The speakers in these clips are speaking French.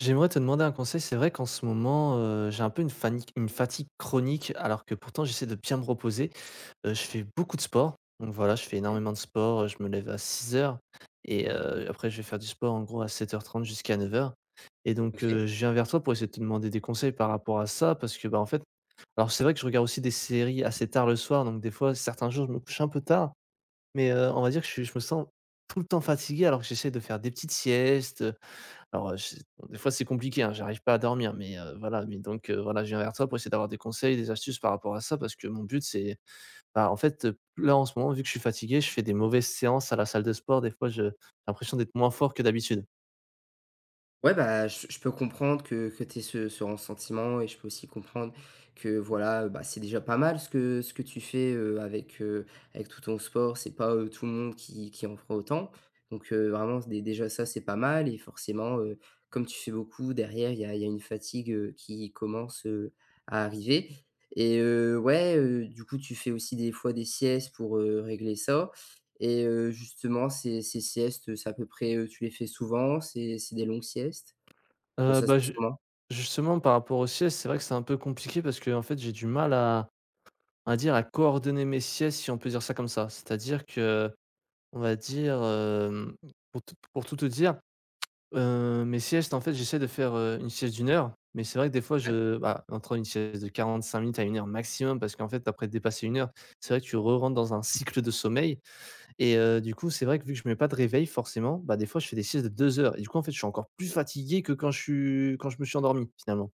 J'aimerais te demander un conseil. C'est vrai qu'en ce moment, j'ai un peu une fatigue chronique, alors que pourtant j'essaie de bien me reposer. Je fais beaucoup de sport, donc voilà, je fais OK, énormément de sport, je me lève à 6 heures et après je vais faire du sport en gros à 7 h 30 jusqu'à 9 heures. Et donc OK. Je viens vers toi pour essayer de te demander des conseils par rapport à ça parce que, bah, en fait, alors c'est vrai que je regarde aussi des séries assez tard le soir, donc des fois, certains jours, je me couche un peu tard, mais on va dire que je me sens tout le temps fatigué alors que j'essaie de faire des petites siestes. Alors, je des fois c'est compliqué, hein, j'arrive pas à dormir, mais voilà, mais donc voilà, je viens vers toi pour essayer d'avoir des conseils, des astuces par rapport à ça parce que mon but c'est bah, en fait, là en ce moment vu que je suis fatigué, je fais des mauvaises séances à la salle de sport. Des fois je j'ai l'impression d'être moins fort que d'habitude. Ouais, bah, je peux comprendre que tu aies ce ressentiment et je peux aussi comprendre que voilà, bah, c'est déjà pas mal ce que tu fais, avec, avec tout ton sport. C'est pas, tout le monde qui en fera autant. Donc vraiment dé déjà ça, c'est pas mal et forcément, comme tu fais beaucoup derrière, il y a une fatigue, qui commence, à arriver et ouais, du coup, tu fais aussi des fois des siestes pour, régler ça. Et justement, ces ces siestes, c'est à peu près, tu les fais souvent? C'est des longues siestes? Ça se Bah, passe je comment? Justement par rapport aux siestes, c'est vrai que c'est un peu compliqué parce que en fait j'ai du mal à on dire à coordonner mes siestes si on peut dire ça comme ça. C'est-à-dire que on va dire, pour tout te dire, mes siestes, en fait, j'essaie de faire, une sieste d'1 heure, mais c'est vrai que des fois je bah, entre une sieste de 45 minutes à 1 heure maximum parce qu'en fait après dépasser 1 heure, c'est vrai que tu re-rentres dans un cycle de sommeil. Et du coup, c'est vrai que vu que je mets pas de réveil forcément, bah, des fois je fais des siestes de 2 heures et du coup, en fait, je suis encore plus fatigué que quand je suis quand je me suis endormi, finalement.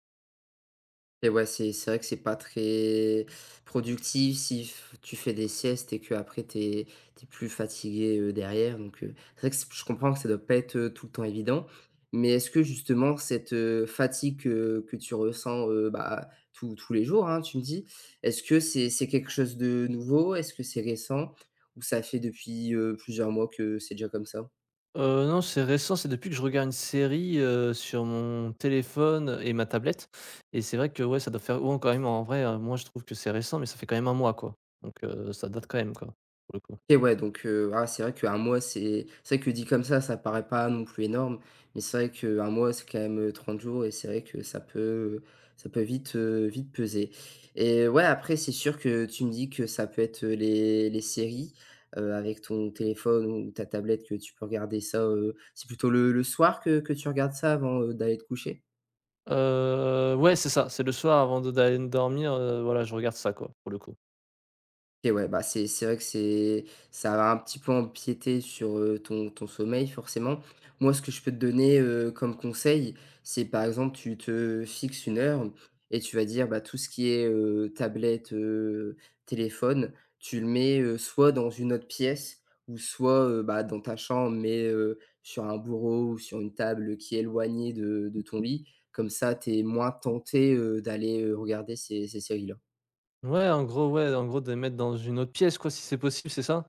Et ouais, c'est vrai que c'est pas très productif si f tu fais des siestes et qu'après tu t'es tu plus fatigué, derrière. Donc c'est vrai que c je comprends que ça doit pas être, tout le temps évident. Mais est-ce que justement cette, fatigue que tu ressens, bah, tous les jours, hein, tu me dis, est-ce que c'est quelque chose de nouveau? Est-ce que c'est récent? Ou ça fait depuis, plusieurs mois que c'est déjà comme ça? Non, c'est récent, c'est depuis que je regarde une série, sur mon téléphone et ma tablette. Et c'est vrai que, ouais, ça doit faire ouais, quand même, en vrai, moi, je trouve que c'est récent, mais ça fait quand même un mois, quoi, donc ça date quand même, quoi, pour le coup. OK, ouais, donc ah, c'est vrai qu'un mois, c'est vrai que dit comme ça paraît pas non plus énorme, mais c'est vrai qu'un mois, c'est quand même, 30 jours et c'est vrai que ça peut vite, vite peser. Et ouais, après, c'est sûr que tu me dis que ça peut être, les séries, avec ton téléphone ou ta tablette que tu peux regarder ça, c'est plutôt le soir que tu regardes ça avant, d'aller te coucher? Ouais, c'est ça, c'est le soir avant de d'aller me dormir, voilà, je regarde ça, quoi, pour le coup. Et ouais, bah, c'est vrai que c'est ça va un petit peu empiéter sur, ton sommeil forcément. Moi, ce que je peux te donner, comme conseil, c'est par exemple, tu te fixes une heure et tu vas dire, bah, tout ce qui est, tablette, téléphone, tu le mets, soit dans une autre pièce ou soit, bah, dans ta chambre, mais, sur un bureau ou sur une table, qui est éloignée de ton lit. Comme ça, tu es moins tenté, d'aller, regarder ces séries-là. Ouais, en gros, de les mettre dans une autre pièce, quoi, si c'est possible, c'est ça?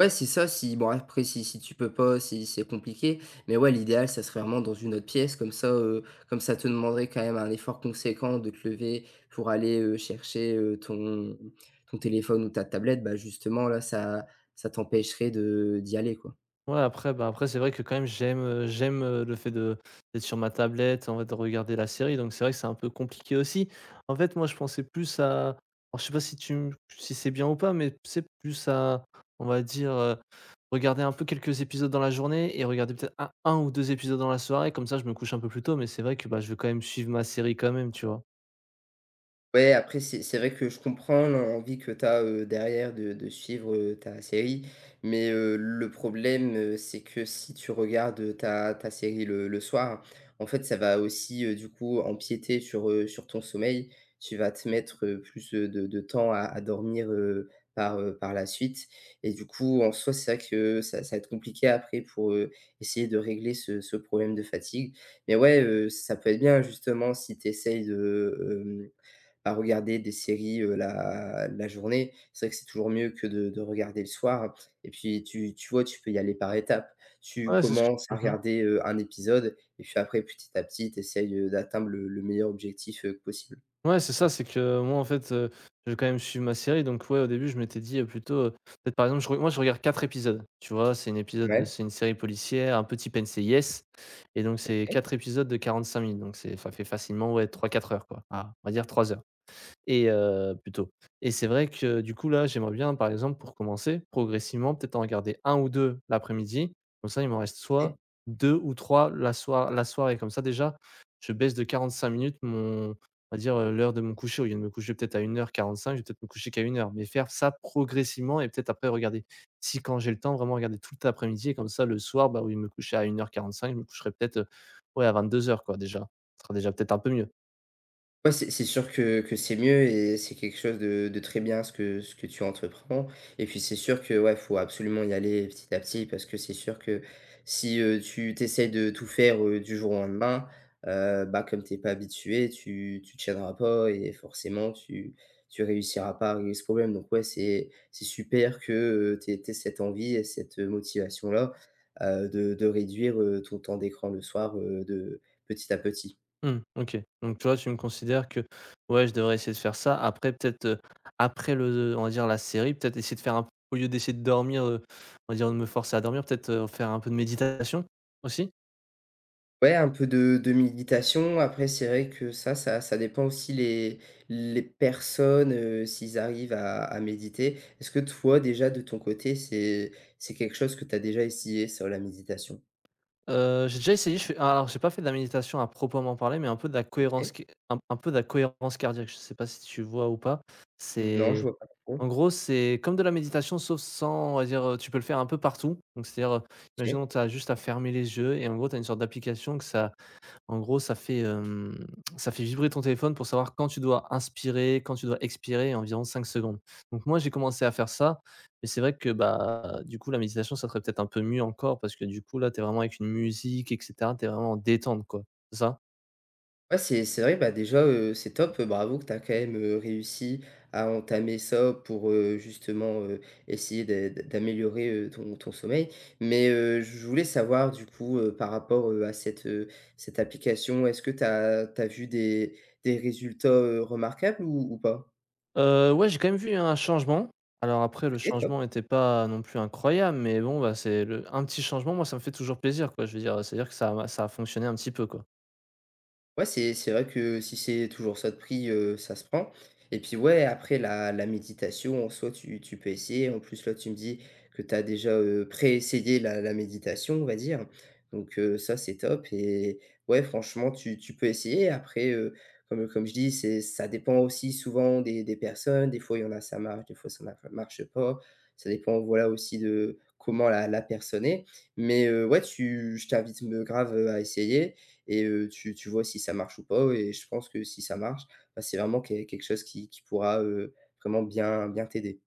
Ouais, c'est ça. Si, bon, après si tu peux pas, si c'est compliqué, mais ouais, l'idéal, ça serait vraiment dans une autre pièce, comme ça te demanderait quand même un effort conséquent de te lever pour aller, chercher, ton téléphone ou ta tablette. Bah, justement là, ça ça t'empêcherait de d'y aller, quoi. Ouais, après, bah, après c'est vrai que quand même j'aime, le fait de d'être sur ma tablette, en fait, de regarder la série, donc c'est vrai que c'est un peu compliqué aussi. En fait, moi, je pensais plus à alors je sais pas si tu m si c'est bien ou pas, mais c'est plus à, on va dire, regarder un peu quelques épisodes dans la journée et regarder peut-être un 1 ou 2 épisodes dans la soirée, comme ça je me couche un peu plus tôt, mais c'est vrai que, bah, je veux quand même suivre ma série quand même, tu vois? Ouais, après, c'est vrai que je comprends l'envie que tu as, derrière, de suivre, ta série. Mais, le problème, c'est que si tu regardes, ta série le soir, en fait, ça va aussi, du coup, empiéter sur, sur ton sommeil. Tu vas te mettre, plus, de temps à dormir, par, par la suite. Et du coup, en soi, c'est vrai que ça ça va être compliqué après pour, essayer de régler ce problème de fatigue. Mais ouais, ça peut être bien justement si tu essayes de, hem à regarder des séries, la journée. C'est vrai que c'est toujours mieux que de regarder le soir, et puis tu vois, tu peux y aller par étapes. Tu Ouais, c'est ce que... commences à Mmh. regarder, un épisode et puis après, petit à petit, tu essayes, d'atteindre le meilleur objectif, possible. Ouais, c'est ça, c'est que moi, en fait, je vais quand même suivre ma série, donc ouais, au début, je m'étais dit, plutôt, peut-être, par exemple, je re moi, je regarde 4 épisodes, tu vois? C'est une épisode de Ouais, c'est une série policière, un peu type NCIS. Et donc c'est OK, 4 épisodes de 45 minutes, donc c'est ça fait facilement, ouais, trois quatre heures, quoi. Ah, on va dire 3 heures. Et plutôt et c'est vrai que du coup là, j'aimerais bien par exemple pour commencer, progressivement peut-être en regarder un ou 2 l'après-midi. Comme ça, il m'en reste soit OK. 2 ou 3 la soirée. Comme ça déjà, je baisse de 45 minutes mon on va dire, l'heure de mon coucher. Au lieu de me coucher peut-être à 1 h 45, je vais peut-être me coucher qu'à 1 heure, mais faire ça progressivement et peut-être après regarder si quand j'ai le temps, vraiment regarder tout l'après-midi et comme ça le soir, bah, au lieu de me coucher à 1:45, je me coucherai peut-être, ouais à 22 heures quoi déjà. Ce sera déjà peut-être un peu mieux. Ouais, c'est sûr que c'est mieux et c'est quelque chose de très bien ce que tu entreprends, et puis c'est sûr que, ouais, faut absolument y aller petit à petit parce que c'est sûr que si, tu t'essayes de tout faire, du jour au lendemain, bah, comme t'es pas habitué, tu tiendras pas et forcément tu tu réussiras pas à régler ce problème. Donc ouais, c'est super que, tu aies cette envie et cette, motivation-là, de réduire, ton temps d'écran le soir, de petit à petit. Mmh, OK. Donc toi, tu me considères que, ouais, je devrais essayer de faire ça. Après peut-être, après le on va dire la série, peut-être essayer de faire un au lieu d'essayer de dormir, on va dire de me forcer à dormir, peut-être, faire un peu de méditation aussi? Ouais, un peu de méditation. Après, c'est vrai que ça ça ça dépend aussi les personnes, s'ils arrivent à méditer. Est-ce que toi, déjà, de ton côté, c'est quelque chose que tu as déjà essayé, sur la méditation? J'ai déjà essayé, je fais alors j'ai pas fait de la méditation à proprement parler, mais un peu de la cohérence OK. c un peu de la cohérence cardiaque. Je sais pas si tu vois ou pas? Non, je C'est vois pas en trop. gros, c'est comme de la méditation sauf sans on va dire, tu peux le faire un peu partout. Donc c'est-à-dire, OK. imaginons, tu as juste à fermer les yeux et en gros, tu as une sorte d'application que ça... En gros, ça fait, ça fait vibrer ton téléphone pour savoir quand tu dois inspirer, quand tu dois expirer, environ 5 secondes. Donc moi, j'ai commencé à faire ça, mais c'est vrai que, bah, du coup, la méditation, ça serait peut-être un peu mieux encore parce que, du coup, là, tu es vraiment avec une musique et cetera, tu es vraiment en détente, quoi, c'est ça? Ouais, c'est vrai, bah, déjà, c'est top, bravo que tu as quand même, réussi à entamer ça pour, justement, essayer d'améliorer, ton sommeil. Mais, je voulais savoir du coup, par rapport, à cette, cette application, est-ce que tu as vu des résultats, remarquables ou pas? Ouais, j'ai quand même vu un changement. Alors après, le OK, top. changement n'était pas non plus incroyable, mais bon, bah, c'est le un petit changement, moi, ça me fait toujours plaisir, quoi. Je veux dire, c'est-à-dire que ça a fonctionné un petit peu, quoi. Ouais, c'est vrai que si c'est toujours ça de prix, ça se prend, et puis ouais, après la méditation en soi, tu peux essayer. En plus, là, tu me dis que tu as déjà, pré-essayé la méditation, on va dire. Donc ça, c'est top et ouais, franchement, tu peux essayer. Après, comme comme je dis, c'est ça dépend aussi souvent des personnes. Des fois, il y en a, ça marche, des fois, ça marche pas. Ça dépend, voilà, aussi de comment la personne est. Mais ouais, tu je t'invite, me grave, à essayer et tu vois si ça marche ou pas, et je pense que si ça marche, bah, c'est vraiment qué quelque chose qui pourra, vraiment bien t'aider.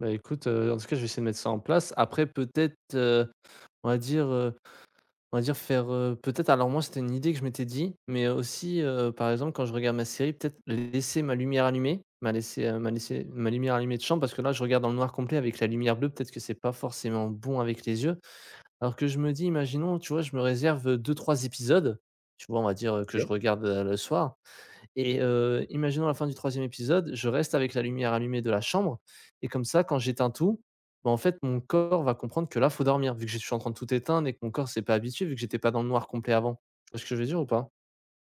Bah, écoute, en tout cas, je vais essayer de mettre ça en place. Après peut-être, on va dire, on va dire faire, peut-être alors moi c'était une idée que je m'étais dit, mais aussi, par exemple quand je regarde ma série peut-être laisser ma lumière allumée, ma lumière allumée de chambre parce que là je regarde dans le noir complet avec la lumière bleue, peut-être que c'est pas forcément bon avec les yeux. Alors que je me dis imaginons, tu vois, je me réserve deux trois épisodes, tu vois, on va dire, que je regarde, le soir. Et imaginons la fin du troisième épisode, je reste avec la lumière allumée de la chambre et comme ça, quand j'éteins tout, bah, en fait, mon corps va comprendre que là, faut dormir, vu que je suis en train de tout éteindre et que mon corps s'est pas habitué, vu que j'étais pas dans le noir complet avant. Tu vois ce que je veux dire ou pas?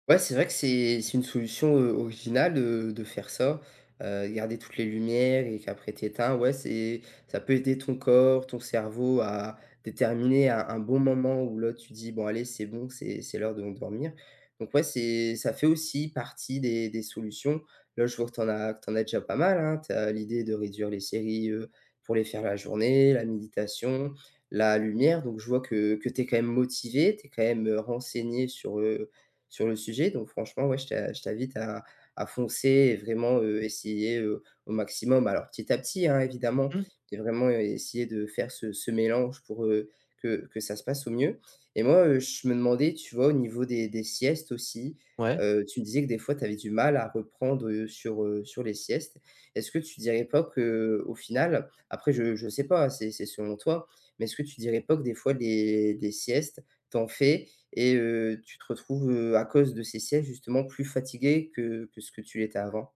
Ouais, c'est vrai que c'est une solution, originale, de faire ça, garder toutes les lumières et qu'après tu éteins. Ouais, c'est ça peut aider ton corps, ton cerveau à déterminer un bon moment où là tu dis: «Bon allez, c'est bon, c'est l'heure de m'endormir». Donc ouais, c'est ça fait aussi partie des solutions. Là, je vois que tu en as que tu en as déjà pas mal, hein. Tu as l'idée de réduire les séries, pour les faire la journée, la méditation, la lumière. Donc je vois que tu es quand même motivé, tu es quand même, renseigné sur, sur le sujet. Donc franchement, ouais, je t'invite à foncer et vraiment, essayer, au maximum. Alors petit à petit, hein, évidemment, Mmh. de vraiment essayer de faire ce mélange pour, que ça se passe au mieux. Et moi, je me demandais, tu vois, au niveau des siestes aussi, Ouais. Tu me disais que des fois, tu avais du mal à reprendre, sur, sur les siestes. Est-ce que tu dirais pas que au final, après je sais pas, hein, c'est selon toi, mais est-ce que tu dirais pas que des fois des siestes, t'en fais et tu te retrouves, à cause de ces sièges justement plus fatigué que ce que tu l'étais avant?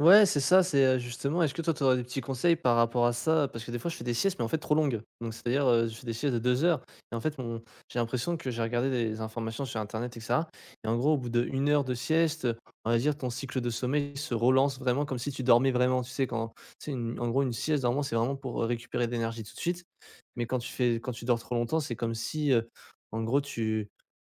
Ouais, c'est ça, c'est, justement est-ce que toi, tu aurais des petits conseils par rapport à ça? Parce que des fois, je fais des siestes, mais en fait trop longues. Donc c'est-à-dire, je fais des siestes de 2 heures et en fait, mon j'ai l'impression que j'ai regardé des informations sur internet et cetera et en gros, au bout d'1 heure de sieste, on va dire ton cycle de sommeil se relance vraiment comme si tu dormais vraiment. Tu sais quand tu une en gros, une sieste normalement, c'est vraiment pour, récupérer de l'énergie tout de suite. Mais quand tu fais quand tu dors trop longtemps, c'est comme si, en gros tu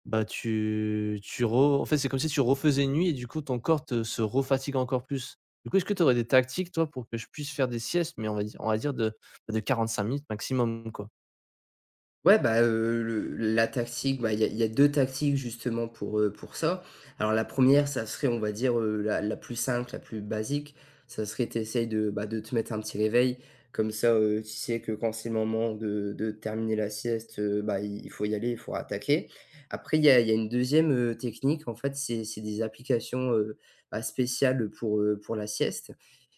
bah, tu tu re en fait, c'est comme si tu refaisais une nuit et du coup, ton corps te se refatigue encore plus. Du coup, est-ce que tu aurais des tactiques, toi, pour que je puisse faire des siestes, mais on va dire de bah, de 45 minutes maximum, quoi? Ouais, bah, le la tactique, bah, il y a 2 tactiques justement pour ça. Alors la première ça serait, on va dire, la plus simple, la plus basique, ça serait tu essayes de, bah, de te mettre un petit réveil. Comme ça, tu sais que quand c'est le moment de terminer la sieste, bah, il faut y aller, il faut attaquer. Après il y a une deuxième technique, en fait, c'est des applications, bah, spéciales pour la sieste,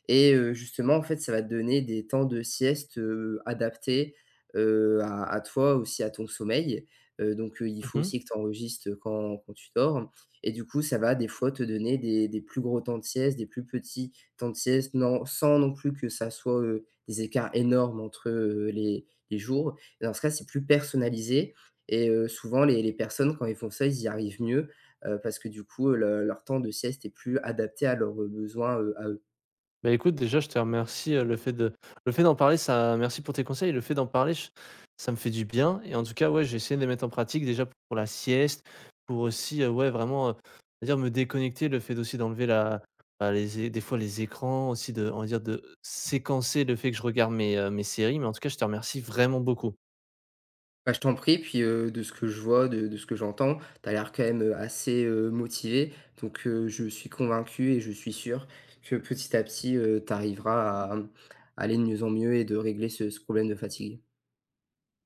et justement, en fait, ça va te donner des temps de sieste, adaptés, à toi aussi, à ton sommeil, donc il faut Mmh. aussi que tu enregistres quand tu dors, et du coup, ça va des fois te donner des plus gros temps de sieste, des plus petits temps de sieste, non sans non plus que ça soit, des écarts énormes entre, les jours, et dans ce cas, c'est plus personnalisé, et souvent les personnes quand ils font ça, ils y arrivent mieux, parce que du coup, le leur temps de sieste est plus adapté à leurs, besoins, à eux. Bah, écoute, déjà, je te remercie, le fait d'en parler, ça merci pour tes conseils. Le fait d'en parler, ch ça me fait du bien et en tout cas, ouais, j'ai essayé de les mettre en pratique déjà pour la sieste, pour aussi, ouais, vraiment, on va dire me déconnecter, le fait aussi d'enlever la bah, les é des fois les écrans aussi de on va dire de séquencer le fait que je regarde mes, mes séries mais en tout cas, je te remercie vraiment beaucoup. Bah, je t'en prie, puis, de ce que je vois, de ce que j'entends, t'as l'air quand même, assez, motivé. Donc, je suis convaincu et je suis sûr que petit à petit, tu à, à aller de mieux en mieux et de régler ce problème de fatigue.